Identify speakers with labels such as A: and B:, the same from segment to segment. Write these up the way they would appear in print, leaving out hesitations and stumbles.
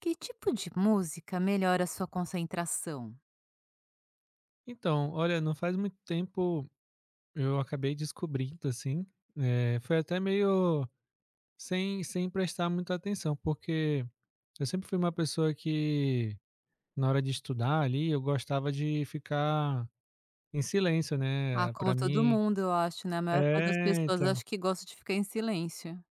A: Que tipo de música melhora a sua concentração?
B: Então, olha, não faz muito tempo eu acabei descobrindo, assim, foi até meio sem prestar muita atenção, porque eu sempre fui uma pessoa que, na hora de estudar ali, eu gostava de ficar em silêncio,
A: Ah,
B: né? Pra
A: como todo
B: mim.
A: mundo, eu acho, né, a maior parte das
B: É,
A: pessoas
B: então.
A: acho que gosta de ficar em silêncio.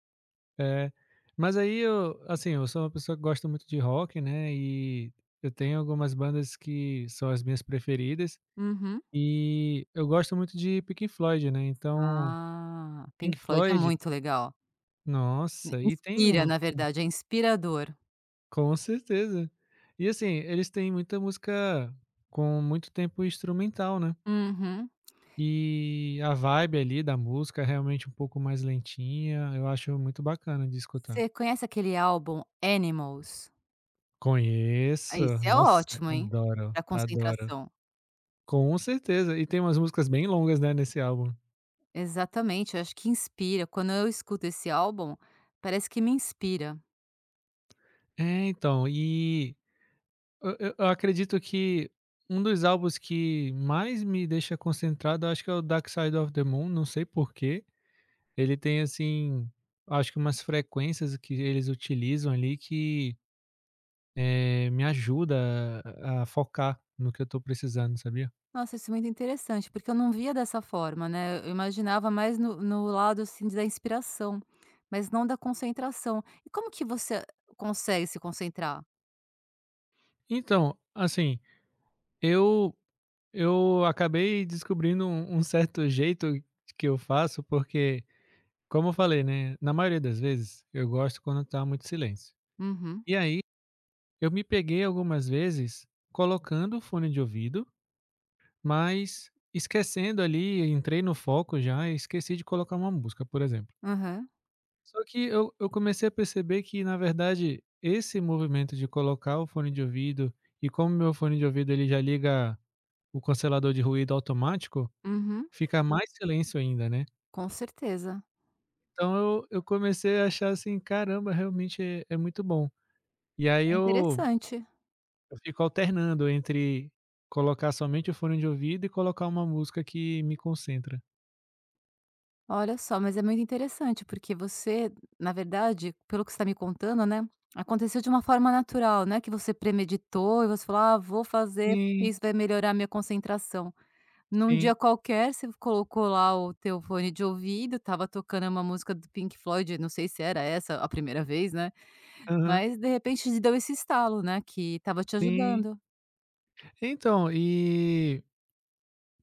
B: É. Mas aí eu, assim, eu sou uma pessoa que gosta muito de rock, né? E eu tenho algumas bandas que são as minhas preferidas.
A: Uhum.
B: E eu gosto muito de Pink Floyd, né? Então.
A: Ah,
B: Pink
A: Pink Floyd é
B: Floyd.
A: muito legal.
B: Nossa, e tem
A: Inspira,
B: um,
A: na verdade, é inspirador.
B: com certeza. E assim, eles têm muita música com muito tempo instrumental, né.
A: Uhum.
B: E a vibe ali da música é realmente um pouco mais lentinha, eu acho muito bacana de escutar.
A: Você conhece aquele álbum Animals? Ah,
B: Conheço,
A: esse é
B: nossa,
A: ótimo, hein,
B: adoro,
A: pra
B: adoro.
A: concentração.
B: Com certeza, e tem umas músicas bem longas, né, nesse álbum.
A: Exatamente, eu acho que inspira. Quando eu escuto esse álbum, parece que me inspira.
B: É, então, e eu acredito que um dos álbuns que mais me deixa concentrado, eu acho que é o Dark Side of the Moon, não sei porquê. Ele tem, assim, acho que umas frequências que eles utilizam ali que, me ajuda a focar no que eu tô precisando, sabia?
A: Nossa, isso é muito interessante, porque eu não via dessa forma, né, eu imaginava mais no lado, assim, da inspiração, mas não da concentração. E como que você consegue se concentrar?
B: Então, assim, eu eu acabei descobrindo um certo jeito que eu faço, porque, como eu falei, né, na maioria das vezes eu gosto quando tá muito silêncio.
A: Uhum,
B: E aí, eu me peguei algumas vezes colocando o fone de ouvido, mas esquecendo ali, entrei no foco já e esqueci de colocar uma música, por exemplo.
A: aham,
B: Só que eu comecei a perceber que, na verdade, esse movimento de colocar o fone de ouvido e como meu fone de ouvido ele já liga o cancelador de ruído automático,
A: uhum,
B: fica mais silêncio ainda, né.
A: com certeza.
B: Então eu comecei a achar assim: "Caramba, realmente é muito bom". E aí
A: É
B: eu
A: interessante.
B: eu fico alternando entre colocar somente o fone de ouvido e colocar uma música que me concentra.
A: Olha só, mas é muito interessante, porque você, na verdade, pelo que você está me contando, né, aconteceu de uma forma natural, né? Que você premeditou e você falou: "Ah, vou fazer, porque
B: Sim,
A: isso vai melhorar a minha concentração". Num
B: sim.
A: dia qualquer, você colocou lá o teu fone de ouvido, estava tocando uma música do Pink Floyd, não sei se era essa a primeira vez, né,
B: Aham.
A: mas de repente te deu esse estalo, né, que estava te
B: Sim.
A: ajudando.
B: Então, e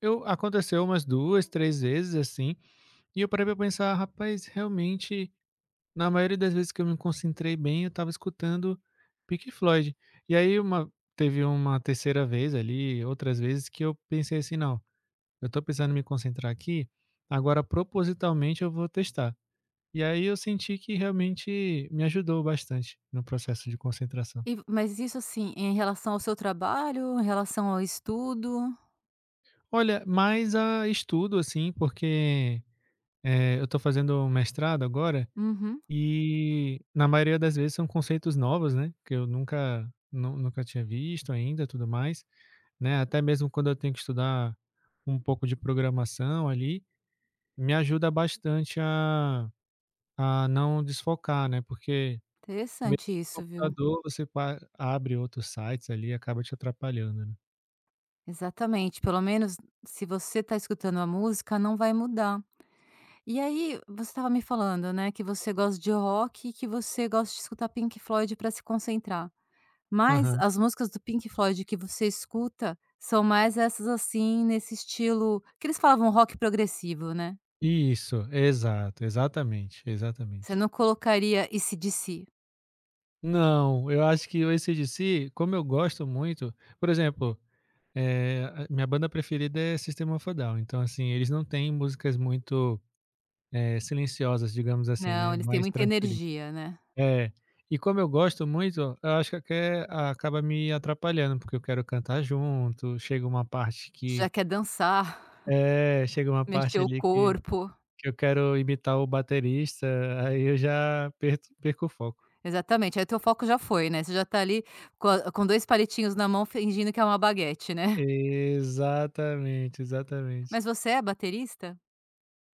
B: Eu aconteceu umas 2, 3 vezes, assim, e eu parei pra pensar: "Rapaz, realmente, na maioria das vezes que eu me concentrei bem, eu estava escutando Pink Floyd". E aí uma teve uma terceira vez ali, outras vezes que eu pensei assim: "Não, eu tô precisando me concentrar aqui, agora propositalmente eu vou testar". E aí eu senti que realmente me ajudou bastante no processo de concentração.
A: E mas isso, assim, em relação ao seu trabalho, em relação ao estudo?
B: Olha, mais a estudo, assim, porque, eu tô fazendo um mestrado agora.
A: Uhum,
B: E na maioria das vezes são conceitos novos, né, que eu nunca tinha visto ainda, tudo mais, né, até mesmo quando eu tenho que estudar um pouco de programação ali, me ajuda bastante a não desfocar, né, porque mesmo
A: interessante
B: no
A: isso, viu.
B: computador você pa abre outros sites ali e acaba te atrapalhando, né.
A: Exatamente, pelo menos se você está escutando a música, não vai mudar. E aí, você estava me falando, né, que você gosta de rock e que você gosta de escutar Pink Floyd para se concentrar. Mas
B: Aham.
A: as músicas do Pink Floyd que você escuta são mais essas, assim, nesse estilo que eles falavam rock progressivo, né.
B: Isso, exato, exatamente,
A: Você
B: exatamente.
A: não colocaria AC/DC.
B: Não, eu acho que o AC/DC, como eu gosto muito, por exemplo. A minha banda preferida é System of a Down, então, assim, eles não têm músicas muito, silenciosas, digamos assim,
A: Não,
B: né,
A: eles têm
B: mais
A: muita
B: tranquilinha.
A: energia, né.
B: É. E como eu gosto muito, eu acho que até acaba me atrapalhando, porque eu quero cantar junto, chega uma parte
A: Você
B: que
A: já quer dançar,
B: é, chega uma
A: mexer
B: parte
A: o
B: ali que
A: corpo.
B: que eu quero imitar o baterista, aí eu já perto perco o foco.
A: Exatamente, aí teu foco já foi, né, você já tá ali com 2 palitinhos na mão fingindo que é uma baguete, né.
B: Exatamente, exatamente.
A: Mas você é baterista?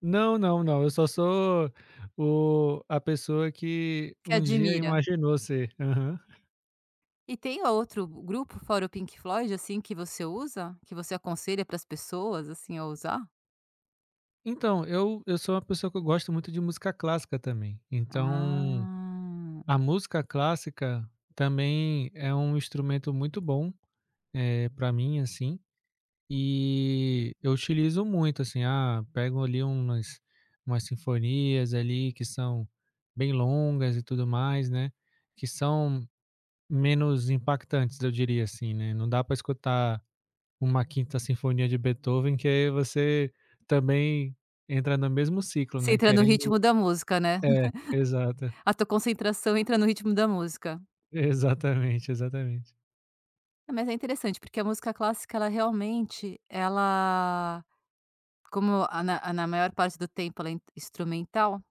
B: Não, não, não, eu só sou o a pessoa que
A: Que
B: um dia
A: admira.
B: imaginou ser. Aham.
A: E tem outro grupo fora o Pink Floyd, assim, que você usa? Que você aconselha para as pessoas, assim, a usar?
B: Então, eu sou uma pessoa que eu gosto muito de música clássica também, então
A: Ah,
B: a música clássica também é um instrumento muito bom, para mim, assim, e eu utilizo muito, assim, pego ali umas sinfonias ali que são bem longas e tudo mais, né, que são menos impactantes, eu diria assim, né, não dá para escutar uma quinta sinfonia de Beethoven, que aí você também entra no mesmo ciclo,
A: você
B: né,
A: entra no
B: querendo
A: ritmo da música, né.
B: é, exato.
A: A tua concentração entra no ritmo da música.
B: Exatamente, exatamente.
A: Ah, mas é interessante, porque a música clássica ela realmente, ela como a na maior parte do tempo ela é in- instrumental,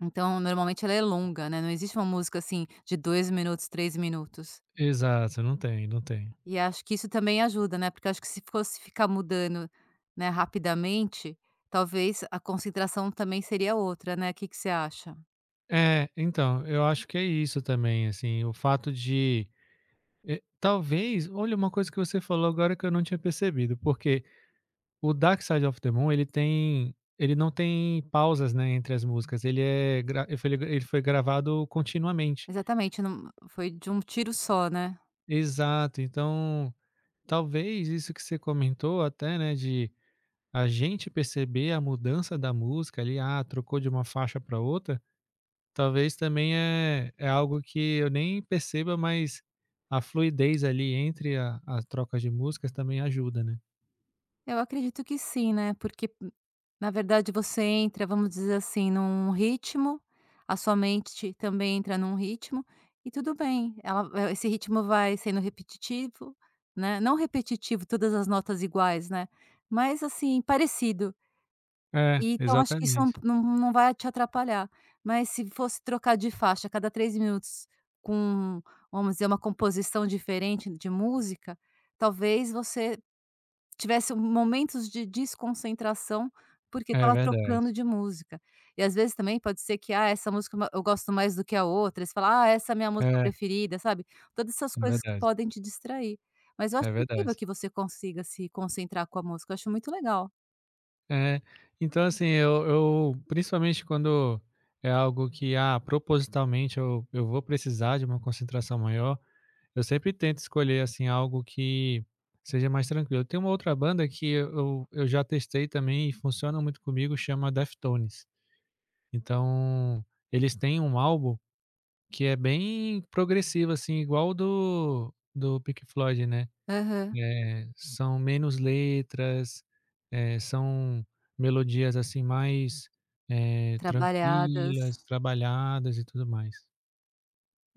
A: então normalmente ela é longa, né, não existe uma música, assim, de 2 minutos, 3 minutos.
B: Exato, não tem, não tem.
A: E acho que isso também ajuda, né, porque acho que se fosse ficar mudando, né, rapidamente, talvez a concentração também seria outra, né. O que que você acha?
B: É, então, eu acho que é isso também, assim, o fato de, talvez olha, uma coisa que você falou agora que eu não tinha percebido, porque o Dark Side of the Moon, ele não tem pausas, né, entre as músicas, ele é gra ele foi gravado continuamente.
A: Exatamente, não foi de um tiro só, né.
B: Exato, então, talvez isso que você comentou até, né, de a gente perceber a mudança da música ali, trocou de uma faixa para outra, talvez também é algo que eu nem perceba, mas a fluidez ali entre a as trocas de músicas também ajuda, né.
A: Eu acredito que sim, né, porque, na verdade, você entra, vamos dizer assim, num ritmo, a sua mente também entra num ritmo e tudo bem, ela esse ritmo vai sendo repetitivo, né, não repetitivo, todas as notas iguais, né, mas assim, parecido.
B: É,
A: E então acho que isso não
B: exatamente.
A: não não vai te atrapalhar, mas se fosse trocar de faixa a cada 3 minutos com, vamos dizer, uma composição diferente de música, talvez você tivesse momentos de desconcentração, porque
B: É
A: estava
B: verdade.
A: trocando de música. E às vezes também pode ser que, ah, essa música ma eu gosto mais do que a outra, aí você fala: "Ah, essa é a minha música
B: É,
A: preferida", sabe. Todas essas
B: é
A: coisas que
B: verdade,
A: podem te distrair. Mas eu acho
B: é verdade.
A: incrível que você consiga se concentrar com a música, eu acho muito legal.
B: É, então assim, eu principalmente quando é algo que, propositalmente eu vou precisar de uma concentração maior, eu sempre tento escolher, assim, algo que seja mais tranquilo. Tem uma outra banda que eu já testei também e funciona muito comigo, chama Deftones. Então, eles têm um álbum que é bem progressivo, assim, igual o do Pink Floyd, né.
A: Aham.
B: É, são menos letras, são melodias, assim, mais,
A: Trabalhadas.
B: tranquilas, trabalhadas e tudo mais.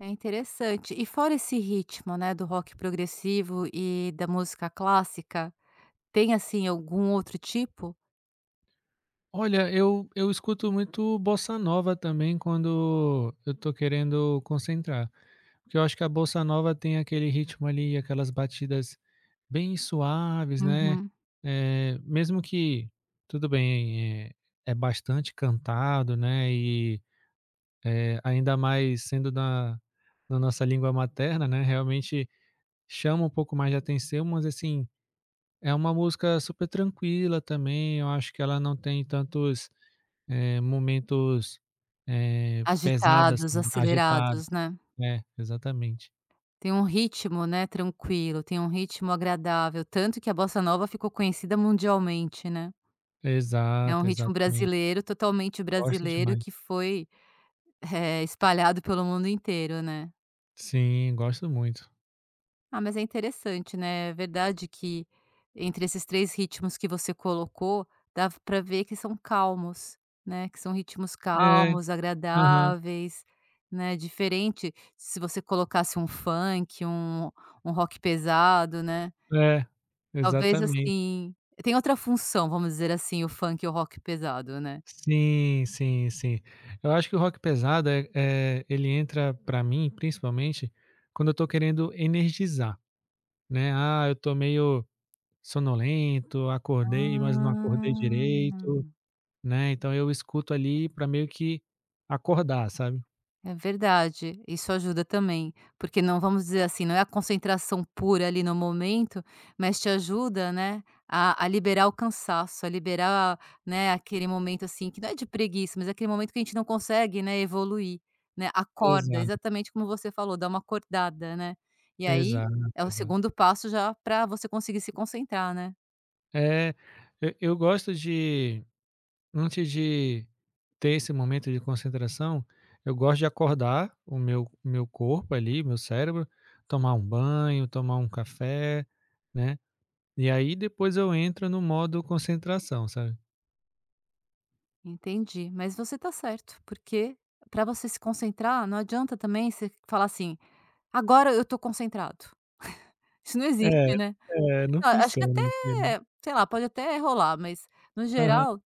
A: É interessante. E fora esse ritmo, né, do rock progressivo e da música clássica, tem, assim, algum outro tipo?
B: Olha, eu escuto muito bossa nova também quando eu tô querendo concentrar, porque eu acho que a bossa nova tem aquele ritmo ali, aquelas batidas bem suaves, né.
A: Uhum.
B: É mesmo que tudo bem, é bastante cantado, né. Ainda mais sendo na nossa língua materna, né, realmente chama um pouco mais de atenção, mas assim, é uma música super tranquila também, eu acho que ela não tem tantos, momentos, pesados,
A: Agitados,
B: assim, agitados.
A: acelerados, né.
B: É, exatamente.
A: Tem um ritmo, né, tranquilo, tem um ritmo agradável, tanto que a bossa nova ficou conhecida mundialmente, né. É um
B: Exato,
A: ritmo
B: exatamente.
A: brasileiro, totalmente
B: Gosto
A: brasileiro, que
B: demais.
A: foi, espalhado pelo mundo inteiro, né.
B: Sim, gosto muito.
A: Ah, mas é interessante, né, é verdade que entre esses 3 ritmos que você colocou, dá para ver que são calmos, né, que são ritmos
B: É,
A: calmos,
B: aham,
A: agradáveis, né, diferente se você colocasse um funk, um rock pesado, né,
B: é,
A: talvez
B: exatamente.
A: assim tem outra função, vamos dizer assim, o funk e o rock pesado, né?
B: Sim, sim, sim. Eu acho que o rock pesado, é, ele entra pra mim, principalmente, quando eu tô querendo energizar, né. Ah, eu tô meio sonolento, acordei, mas não acordei
A: Ah.
B: direito, né, então eu escuto ali pra meio que acordar, sabe.
A: É verdade, isso ajuda também, porque não vamos dizer assim, não é a concentração pura ali no momento, mas te ajuda, né, a liberar o cansaço, a liberar, né, aquele momento assim, que não é de preguiça, mas é aquele momento que a gente não consegue, né, evoluir, né, acorda,
B: Exato,
A: exatamente como você falou, dá uma acordada, né, e aí
B: exato,
A: é o
B: exato.
A: segundo passo já para você conseguir se concentrar, né.
B: É, eu gosto de Antes de ter esse momento de concentração, eu gosto de acordar o meu corpo ali, meu cérebro, tomar um banho, tomar um café, né, e aí depois eu entro no modo concentração, sabe.
A: Entendi, mas você tá certo, porque para você se concentrar, não adianta também você falar assim: "Agora eu estou concentrado". Isso não
B: É,
A: existe, né.
B: é, não
A: Não, acho que
B: funciona, entendeu.
A: até, sei lá, pode até rolar, mas no
B: Aham.
A: geral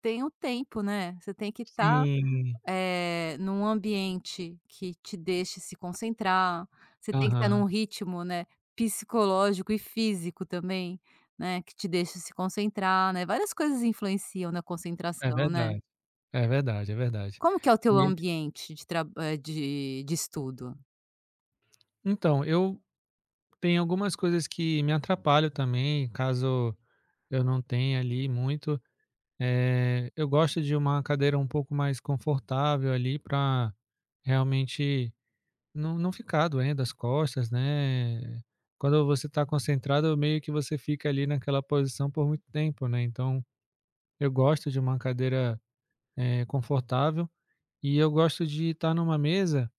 A: tem o tempo, né. Você tem que estar,
B: Sim.
A: num ambiente que te deixe se concentrar, você tem que estar num
B: Aham.
A: ritmo, né, psicológico e físico também, né, que te deixe se concentrar, né. Várias coisas influenciam na
B: É
A: concentração, né.
B: verdade. É verdade, é verdade.
A: Como que é o teu
B: E
A: ambiente de traba eh, de estudo?
B: então, eu tenho algumas coisas que me atrapalham também, caso eu não tenha ali muito. Eu gosto de uma cadeira um pouco mais confortável ali para realmente não ficar doendo as costas, né. Quando você está concentrado, meio que você fica ali naquela posição por muito tempo, né. Então, eu gosto de uma cadeira, confortável e eu gosto de estar numa mesa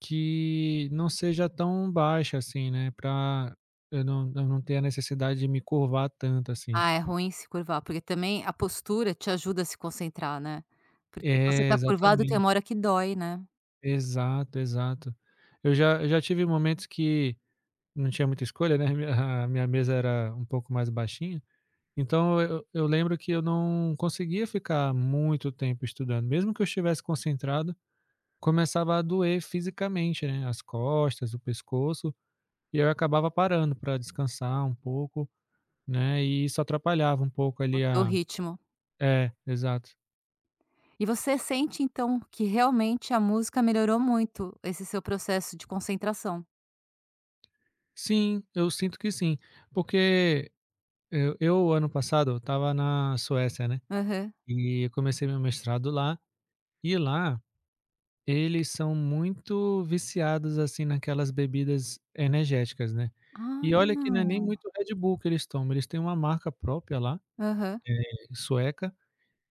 B: que não seja tão baixa assim, né, para eu não ter a necessidade de me curvar tanto assim.
A: Ah, é ruim se curvar, porque também a postura te ajuda a se concentrar, né. Porque se você
B: É,
A: tá curvado tem
B: exatamente.
A: uma hora que dói, né,
B: Exato, exato. Eu já tive momentos que não tinha muita escolha, né, A minha mesa era um pouco mais baixinha, então eu lembro que eu não conseguia ficar muito tempo estudando, mesmo que eu estivesse concentrado, começava a doer fisicamente, né, as costas, o pescoço, e eu acabava parando para descansar um pouco, né, e isso atrapalhava um pouco
A: o
B: ali
A: teu
B: a
A: ritmo.
B: é, exato.
A: E você sente então que realmente a música melhorou muito esse seu processo de concentração?
B: Sim, eu sinto que sim, porque eu ano passado eu estava na Suécia, né.
A: Aham.
B: E eu comecei meu mestrado lá, e lá eles são muito viciados, assim, naquelas bebidas energéticas, né. E
A: Ah,
B: olha que não é nem muito Red Bull que eles tomam, eles têm uma marca própria lá,
A: aham.
B: sueca,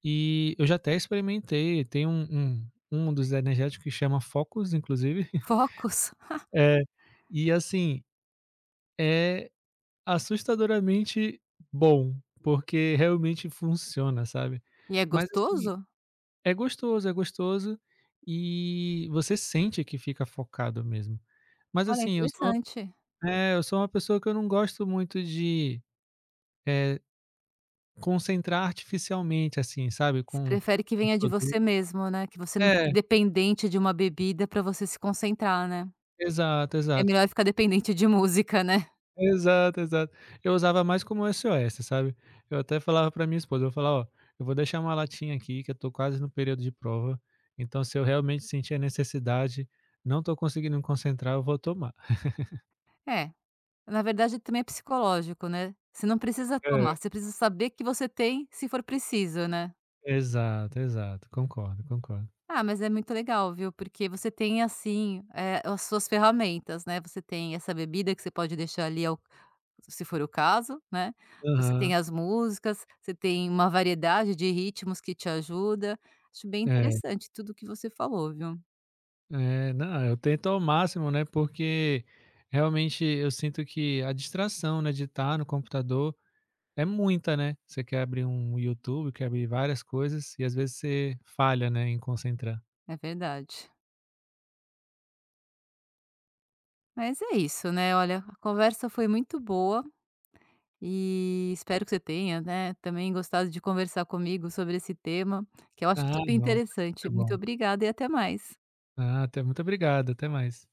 B: e eu já até experimentei, tem um um dos energéticos que chama Focus inclusive,
A: Focos.
B: eh, e assim, é assustadoramente bom, porque realmente funciona, sabe.
A: E é
B: Mas assim,
A: gostoso?
B: é gostoso, é gostoso e você sente que fica focado mesmo. Mas
A: Olha,
B: assim, eu sou
A: interessante.
B: eu sou uma pessoa que eu não gosto muito de, eh, concentrar artificialmente, assim, sabe,
A: Você
B: com
A: prefere que venha de você
B: produto.
A: mesmo, né, que você não fique
B: É,
A: dependente de uma bebida para você se concentrar, né.
B: exato,
A: É
B: exato.
A: melhor ficar dependente de música, né.
B: Exato, exato. Eu usava mais como SOS, sabe. Eu até falava pra minha esposa, eu falava: "Ó, eu vou deixar uma latinha aqui que eu tô quase no período de prova, então se eu realmente sentir a necessidade, não tô conseguindo me concentrar, eu vou tomar".
A: É, na verdade também é psicológico, né. Você não precisa tomar,
B: É.
A: você precisa saber que você tem se for preciso, né.
B: Exato, exato. Concordo, concordo.
A: Ah, mas é muito legal, viu, porque você tem, assim, as suas ferramentas, né, você tem essa bebida que você pode deixar ali ao se for o caso, né, você tem
B: Aham.
A: as músicas, você tem uma variedade de ritmos que te ajuda. Acho bem
B: É,
A: interessante tudo que você falou, viu.
B: é. Não, eu tento ao máximo, né, porque realmente eu sinto que a distração, né, de estar no computador é muita, né. Você quer abrir um YouTube, quer abrir várias coisas e às vezes você falha, né, em concentrar.
A: É verdade. Mas é isso, né, olha, a conversa foi muito boa, e espero que você tenha, né, também gostado de conversar comigo sobre esse tema, que eu acho
B: Ah,
A: super
B: não,
A: interessante.
B: é
A: Muito
B: bom.
A: obrigada e até mais.
B: Ah, até muito obrigado, até mais.